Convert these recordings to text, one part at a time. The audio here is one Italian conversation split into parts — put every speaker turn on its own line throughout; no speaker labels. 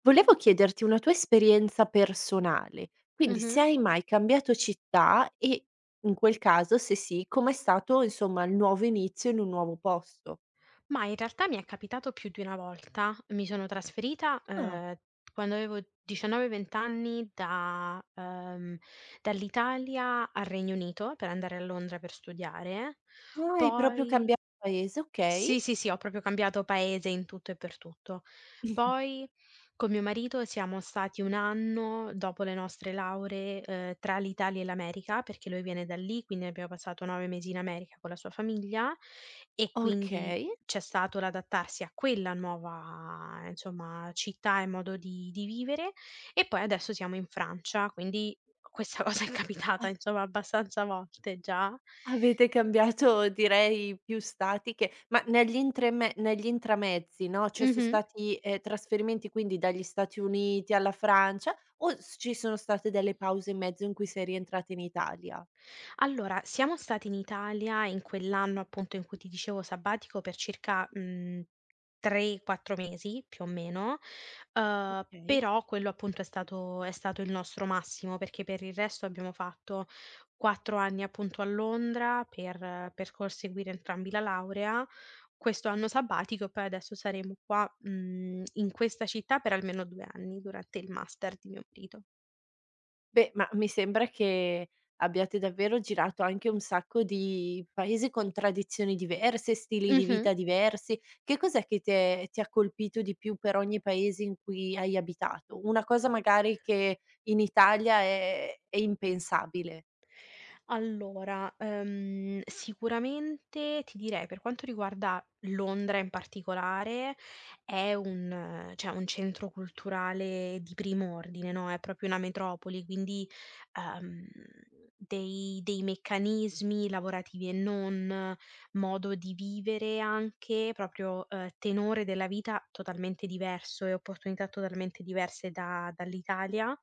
Volevo chiederti una tua esperienza personale, quindi se
Mh-mh.
hai mai cambiato città e, in quel caso, se sì, com'è stato insomma il nuovo inizio in un nuovo posto?
Ma in realtà mi è capitato più di una volta. Mi sono trasferita,
Ah,
quando avevo 19, 20 anni da dall'Italia al Regno Unito per andare a Londra per studiare.
ah, hai proprio
Poi
cambiato paese,
sì,
okay.
sì, sì, ho proprio cambiato paese in tutto e per tutto. Poi con mio marito siamo stati 1 anno dopo le nostre lauree, tra l'Italia e l'America, perché lui viene da lì, quindi abbiamo passato 9 mesi in America con la sua famiglia e quindi
Okay.
c'è stato l'adattarsi a quella nuova, insomma, città e modo di vivere e poi adesso siamo in Francia, quindi questa cosa è capitata,
Ave
insomma, abbastanza volte già.
avete cambiato direi più stati che ma negli intramezzi, no, cioè so'
Mh-mh.
stati, trasferimenti quindi dagli Stati Uniti alla Francia o s ci sono state delle pause in mezzo in cui sei rientrata in Italia?
Allora, siamo stati in Italia in quell'anno appunto in cui ti dicevo sabbatico per circa, 3, 4 mesi più o meno,
Okay.
però quello appunto è stato il nostro massimo, perché per il resto abbiamo fatto 4 anni appunto a Londra per conseguire entrambi la laurea, questo anno sabbatico e poi adesso saremo qua, in questa città per almeno 2 anni durante il master di mio marito.
Beh, ma mi sembra che abbiate davvero girato anche un sacco di paesi con tradizioni diverse, stili di
Mh-mh.
vita diversi. Che cos'è che t'è ti ha colpito di più per ogni paese in cui hai abitato? Una cosa magari che in Italia è impensabile,
Allora, sicuramente ti direi per quanto riguarda Londra in particolare, è un cioè un centro culturale di primo ordine, no, è proprio una metropoli, quindi, ehm, dei meccanismi lavorativi e non, modo di vivere anche, proprio, tenore della vita totalmente diverso e opportunità totalmente diverse da dall'Italia.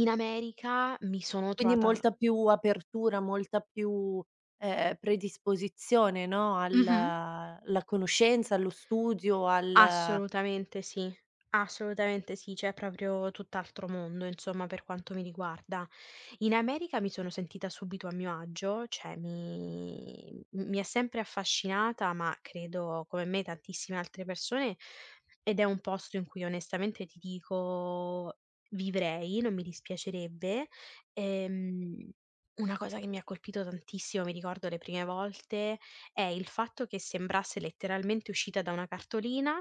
In America mi sono
quindi
trovata.
molta più apertura, molta più, predisposizione, no,
Mh-mh.
alla conoscenza, allo studio, al
Assolutamente sì, assolutamente sì, cioè proprio tutt'altro mondo insomma per quanto mi riguarda. In America mi sono sentita subito a mio agio, cioè mi ha sempre affascinata, ma credo come me tantissime altre persone, ed è un posto in cui onestamente ti dico vivrei, non mi dispiacerebbe. Ehm, una cosa che mi ha colpito tantissimo, mi ricordo le prime volte è il fatto che sembrasse letteralmente uscita da una cartolina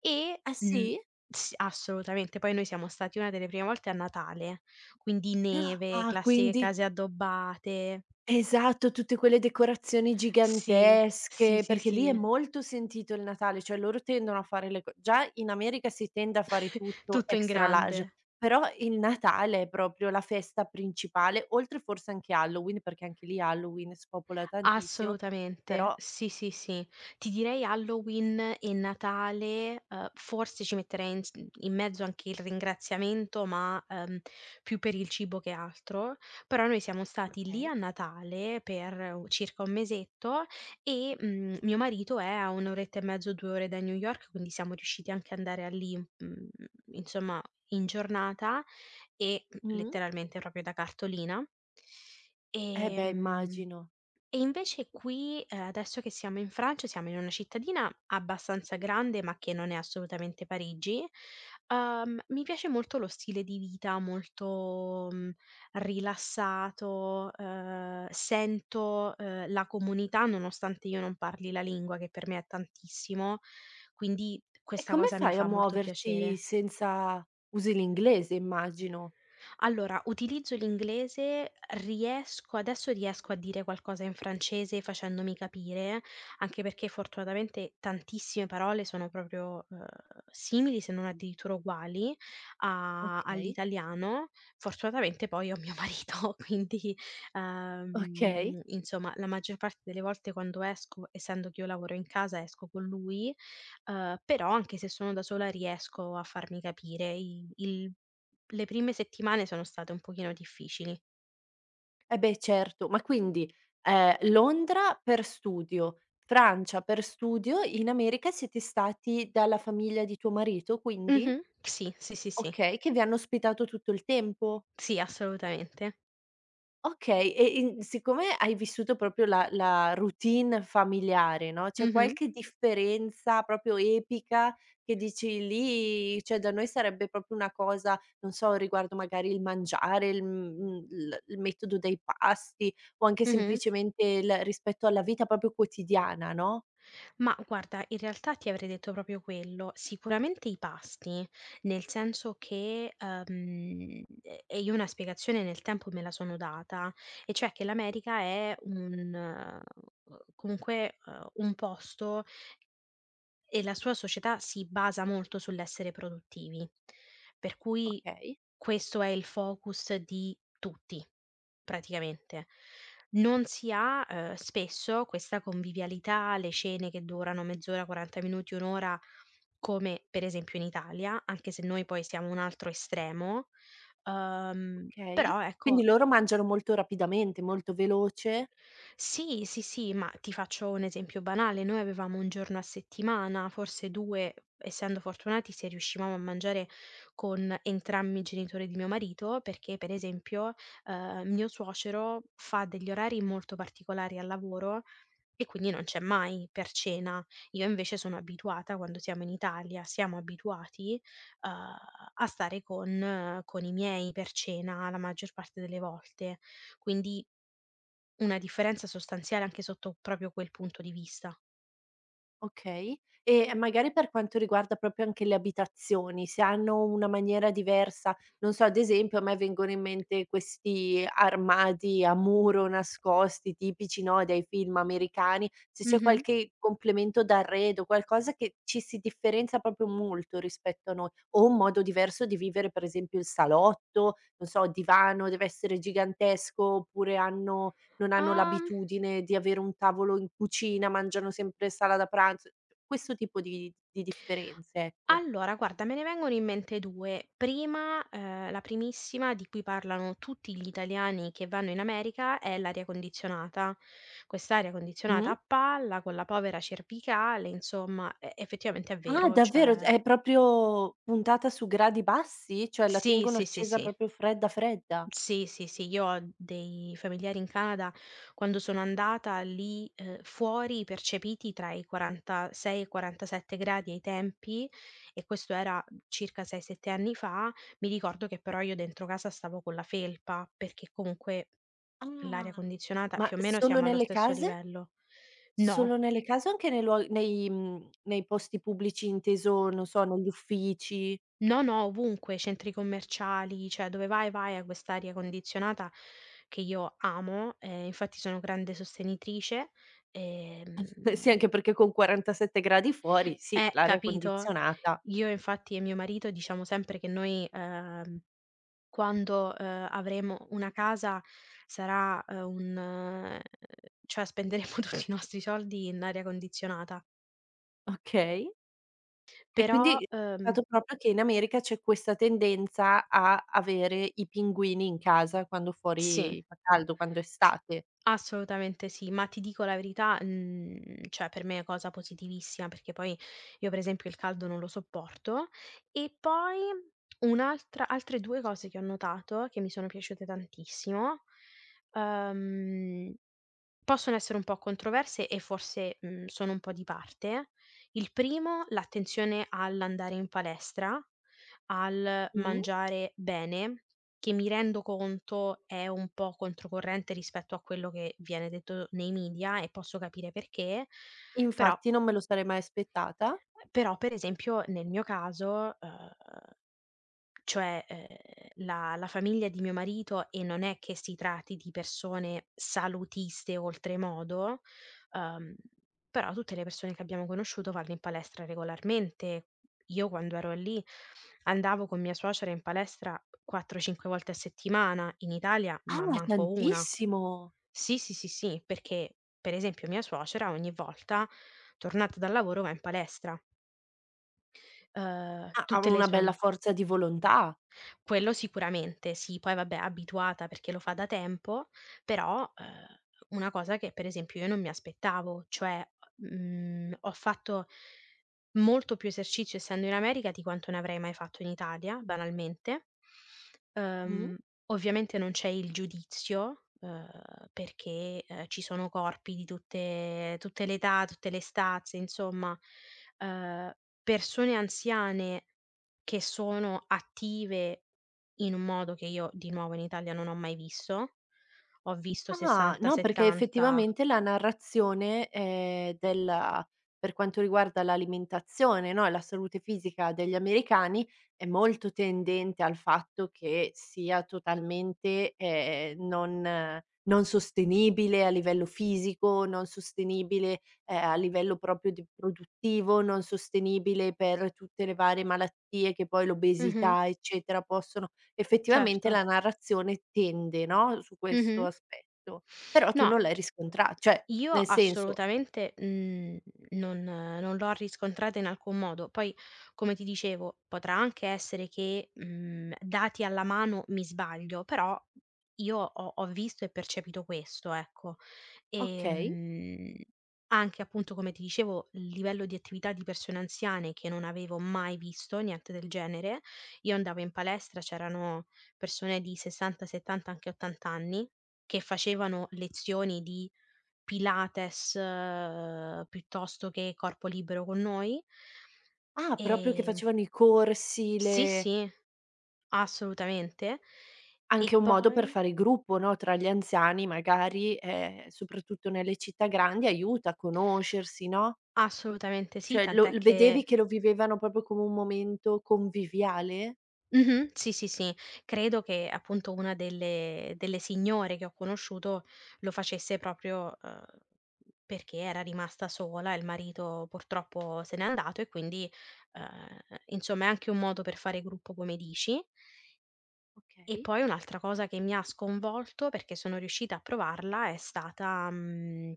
e,
ah
mhmm,
sì?
s assolutamente. Poi noi siamo stati una delle prime volte a Natale, quindi neve,
Ah,
classiche
quindi
case addobbate.
esatto, tutte quelle decorazioni
Sì, sì,
gigantesche,
sì,
perché lì è
sì,
molto sentito il Natale, cioè loro tendono a fare le co già in America si tende a fare tutto
tutto in
extra large,
grande.
però il Natale è proprio la festa principale, oltre forse anche Halloween, perché anche lì Halloween spopola tantissimo, però
Assolutamente, sì, sì, sì. Ti direi Halloween e Natale, forse ci metterei in mezzo anche il ringraziamento, ma, più per il cibo che altro, però noi siamo stati lì
okay.
a Natale per u circa un mesetto e, mio marito è a 1 oretta e mezzo, 2 ore da New York, quindi siamo riusciti anche ad andare a lì, mhmm, insomma in giornata e, mhmm,
Mh-mh.
letteralmente proprio da cartolina.
Eh beh,
Ehm
immagino.
e invece qui, adesso che siamo in Francia, siamo in una cittadina abbastanza grande, ma che non è assolutamente Parigi, mi piace molto lo stile di vita molto, mhmm, rilassato, sento, la comunità nonostante io non parli la lingua, che per me è tantissimo, quindi
E
questa
come
cosa mi
fai a
fa molto
muoverti
piacere.
senza usi l'inglese immagino?
Allora, utilizzo l'inglese, riesco a dire qualcosa in francese facendomi capire, anche perché fortunatamente tantissime parole sono proprio, simili, se non addirittura uguali a
Okay,
all'italiano. Fortunatamente poi ho mio marito, quindi,
okay.
insomma, la maggior parte delle volte quando esco, essendo che io lavoro in casa, esco con lui, però anche se sono da sola riesco a farmi capire. I il Le prime settimane sono state un pochino difficili.
Eh beh certo, ma quindi, Londra per studio, Francia per studio, in America siete stati dalla famiglia di tuo marito quindi?
Mh-mh. Sì, sì, sì, sì.
Okay, che vi hanno ospitato tutto il tempo?
Sì, assolutamente.
Okay, e in siccome hai vissuto proprio la routine familiare, no, c'è
Mh-mh.
qualche differenza proprio epica che dici lì cioè da noi sarebbe proprio una cosa, non so, riguardo magari il mangiare, il il metodo dei pasti o anche
Mh-mh.
semplicemente il rispetto alla vita proprio quotidiana, no,
Ma guarda, in realtà ti avrei detto proprio quello. Sicuramente i pasti, nel senso che, io una spiegazione nel tempo me la sono data, e cioè che l'America è un, comunque, un posto. E la sua società si basa molto sull'essere produttivi, per cui
okay,
questo è il focus di tutti, praticamente. Non si ha, spesso questa convivialità, le cene che durano mezz'ora, 40 minuti, 1 ora, come per esempio in Italia, anche se noi poi siamo un altro estremo,
okay.
però
Quindi
ecco
loro mangiano molto rapidamente, molto veloce?
sì, sì, sì, ma ti faccio un esempio banale: noi avevamo 1 giorno a settimana, forse 2, essendo fortunati se riuscivamo a mangiare con entrambi i genitori di mio marito, perché per esempio, mio suocero fa degli orari molto particolari al lavoro, e quindi non c'è mai per cena. Io invece sono abituata quando siamo in Italia, siamo abituati, uhm, a stare con i miei per cena la maggior parte delle volte. Quindi una differenza sostanziale anche sotto proprio quel punto di vista.
Okay. E, magari per quanto riguarda proprio anche le abitazioni, se hanno una maniera diversa, non so, ad esempio a me vengono in mente questi armadi a muro nascosti tipici, no, dei film americani, se c'è
Mh-mh.
qualche complemento d'arredo, qualcosa che ci si differenzia proprio molto rispetto a noi, o un modo diverso di vivere per esempio il salotto, non so, il divano deve essere gigantesco oppure hanno non hanno
Uhm
l'abitudine di avere un tavolo in cucina, mangiano sempre sala da pranzo, questo tipo di differenze, ecco.
Allora guarda, me ne vengono in mente 2. Prima, la primissima di cui parlano tutti gli italiani che vanno in America è l'aria condizionata. Quest'aria condizionata
Mh.
a palla, con la povera cervicale, insomma, e effettivamente è
Ah,
vero,
davvero?
cioè
È proprio puntata su gradi bassi? Cioè la
sì,
tengono
sì, sì,
accesa
sì.
proprio fredda, fredda?
Sì, sì, sì, io ho dei familiari in Canada, quando sono andata lì, fuori percepiti tra i 46 e i 47 gradi ai tempi, e questo era circa 6, 7 anni fa, mi ricordo che però io dentro casa stavo con la felpa, perché comunque l'aria
Ah.
condizionata
Ma
più o meno
solo
siamo allo
nelle
stesso
case?
livello.
Solo
No,
nelle case o anche nei nei posti pubblici inteso, non so, negli uffici?
no, no, ovunque, centri commerciali, cioè dove vai, vai a quest'aria condizionata che io amo, infatti sono grande sostenitrice, ehm,
Sì, anche perché con 47 gradi fuori, sì, l'aria
capito?
condizionata.
Io infatti e mio marito diciamo sempre che noi, quando, avremo una casa sarà, un cioè spenderemo tutti i nostri soldi in aria condizionata.
Okay. E
Però,
quindi dato proprio che in America c'è questa tendenza a avere i pinguini in casa quando
sì.
fuori fa caldo, quando è
S
estate.
Assolutamente sì, ma ti dico la verità, mhmm, cioè per me è cosa positivissima, perché poi io per esempio il caldo non lo sopporto. E poi un'altra altre 2 cose che ho notato, che mi sono piaciute tantissimo, uhm, possono essere un po' controverse e forse, mhmm, sono un po' di parte. Il primo, l'attenzione all'andare in palestra, al
Mh.
mangiare bene, che mi rendo conto è un po' controcorrente rispetto a quello che viene detto nei media e posso capire perché, però
Infatti non me lo sarei mai aspettata.
però per esempio nel mio caso, uhm, cioè, la famiglia di mio marito e non è che si tratti di persone salutiste oltremodo, uhm, però tutte le persone che abbiamo conosciuto vanno in palestra regolarmente. Io quando ero lì andavo con mia suocera in palestra 4, 5 volte a settimana, in Italia ma
Ah,
manco una.
tantissimo!
Sì, sì, sì, sì, perché per esempio mia suocera ogni volta tornata dal lavoro va in palestra.
Ha
Tutte le
una
sue
bella
am
forza di volontà.
Quello sicuramente sì, poi vabbè abituata perché lo fa da tempo, però, una cosa che per esempio io non mi aspettavo, cioè, mhmm, ho fatto molto più esercizio essendo in America di quanto ne avrei mai fatto in Italia, banalmente.
Mh.
Uhm, ovviamente non c'è il giudizio, perché, ci sono corpi di tutte le età, tutte le stazze, insomma, uhm, persone anziane che sono attive in un modo che io di nuovo in Italia non ho mai visto. Ho visto
Ah,
60,
no, perché
70.
effettivamente la narrazione, della per quanto riguarda l'alimentazione, no, e la salute fisica degli americani, è molto tendente al fatto che sia totalmente, non sostenibile a livello fisico, non sostenibile, a livello proprio di produttivo, non sostenibile per tutte le varie malattie che poi
Mh-mh,
l'obesità, eccetera, possono effettivamente
certo.
la narrazione tende, no, su questo
Mh-mh.
aspetto, però tu
No,
non l'hai riscontra cioè,
io
nel senso
assolutamente, mhmm, non l'ho riscontrata in alcun modo. Poi, come ti dicevo, potrà anche essere che, mhmm, dati alla mano mi sbaglio, però io ho visto e percepito questo, ecco.
okay.
Ehm, anche appunto, come ti dicevo, il livello di attività di persone anziane che non avevo mai visto, niente del genere. Io andavo in palestra, c'erano persone di 60, 70, anche 80 anni che facevano lezioni di Pilates, piuttosto che corpo libero con noi.
Ah, proprio che
Ehm,
facevano i corsi,
sì,
le
sì, assolutamente.
anche
E
un modo per
poi
fare gruppo, no, tra gli anziani magari, soprattutto nelle città grandi aiuta a conoscersi, no,
assolutamente sì,
cioè lo
tant'è
l vedevi
che
che lo vivevano proprio come un momento conviviale?
mh-mh, sì, sì, sì, credo che appunto una delle signore che ho conosciuto lo facesse proprio, perché era rimasta sola, il marito purtroppo se n'è andato e quindi, uhm, insomma è anche un modo per fare gruppo come dici. E
Okay.
poi un'altra cosa che mi ha sconvolto, perché sono riuscita a provarla, è stata mhmm,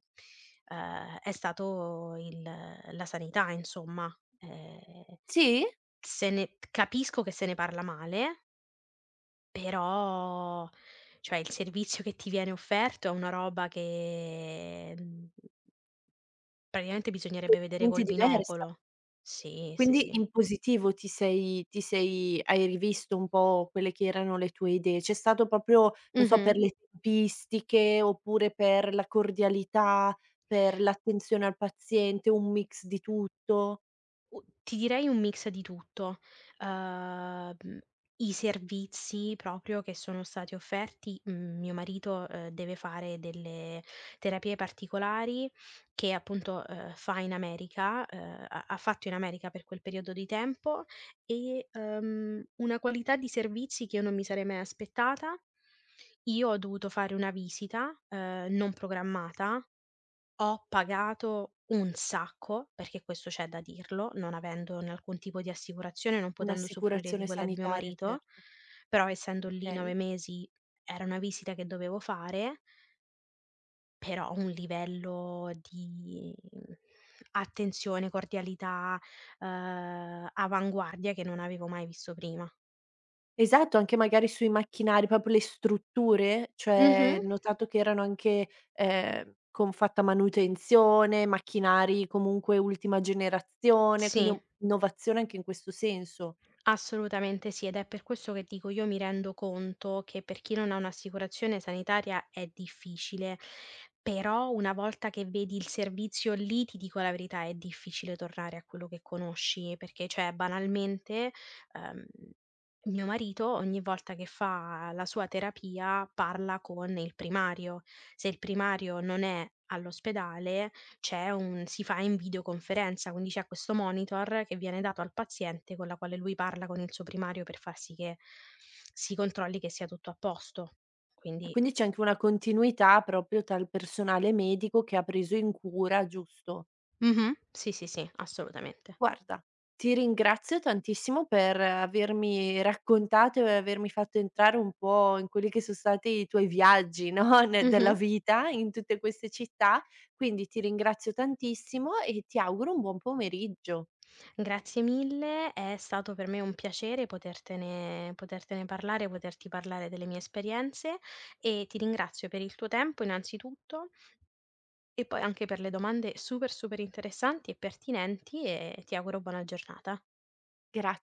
è stato il la sanità insomma. Ehm,
Sì?
se ne capisco che se ne parla male, però cioè il servizio che ti viene offerto è una roba che, mhmm, praticamente bisognerebbe vedere
Totalmente
col
diversa.
binocolo. Sì, sì,
Quindi
sì.
in positivo ti sei hai rivisto un po' quelle che erano le tue idee? C'è stato proprio, non so, per
Mh-mh.
le tempistiche oppure per la cordialità, per l'attenzione al paziente, un mix di tutto?
U Ti direi un mix di tutto. Mhmm, i servizi proprio che sono stati offerti mhmm, mio marito, deve fare delle terapie particolari che appunto, fa in America, ha fatto in America per quel periodo di tempo e, una qualità di servizi che io non mi sarei mai aspettata. Io ho dovuto fare una visita, non programmata, ho pagato un sacco, perché questo c'è da dirlo, non avendo né alcun tipo di assicurazione, non potendo usufruire di
Un'assicurazione
quella di mio
sanitaria,
marito,
certo,
però essendo lì 9
okay.
mesi era una visita che dovevo fare, però un livello di attenzione, cordialità, avanguardia che non avevo mai visto prima.
Esatto, anche magari sui macchinari, proprio le strutture,
Mh-mh,
cioè ho notato che erano anche, con fatta manutenzione, macchinari comunque ultima generazione, quindi
sì.
un innovazione anche in questo senso.
Assolutamente sì, ed è per questo che dico, io mi rendo conto che per chi non ha un'assicurazione sanitaria è difficile, però una volta che vedi il servizio lì, ti dico la verità, è difficile tornare a quello che conosci, perché cioè banalmente, ehm, mio marito ogni volta che fa la sua terapia parla con il primario. Se il primario non è all'ospedale, c'è un si fa in videoconferenza, quindi c'è questo monitor che viene dato al paziente con la quale lui parla con il suo primario per far sì che si controlli che sia tutto a posto.
E
Quindi
quindi c'è anche una continuità proprio tra il personale medico che ha preso in cura, giusto?
mh-mh, sì, sì, sì, assolutamente.
Guarda, ti ringrazio tantissimo per avermi raccontato e avermi fatto entrare un po' in quelli che sono stati i tuoi viaggi, no, ne della
Mh-mh.
vita in tutte queste città, quindi ti ringrazio tantissimo e ti auguro un buon pomeriggio.
Grazie mille, è stato per me un piacere potertene parlare, poterti parlare delle mie esperienze e ti ringrazio per il tuo tempo innanzitutto e poi anche per le domande super, super interessanti e pertinenti e ti auguro buona giornata.
Gra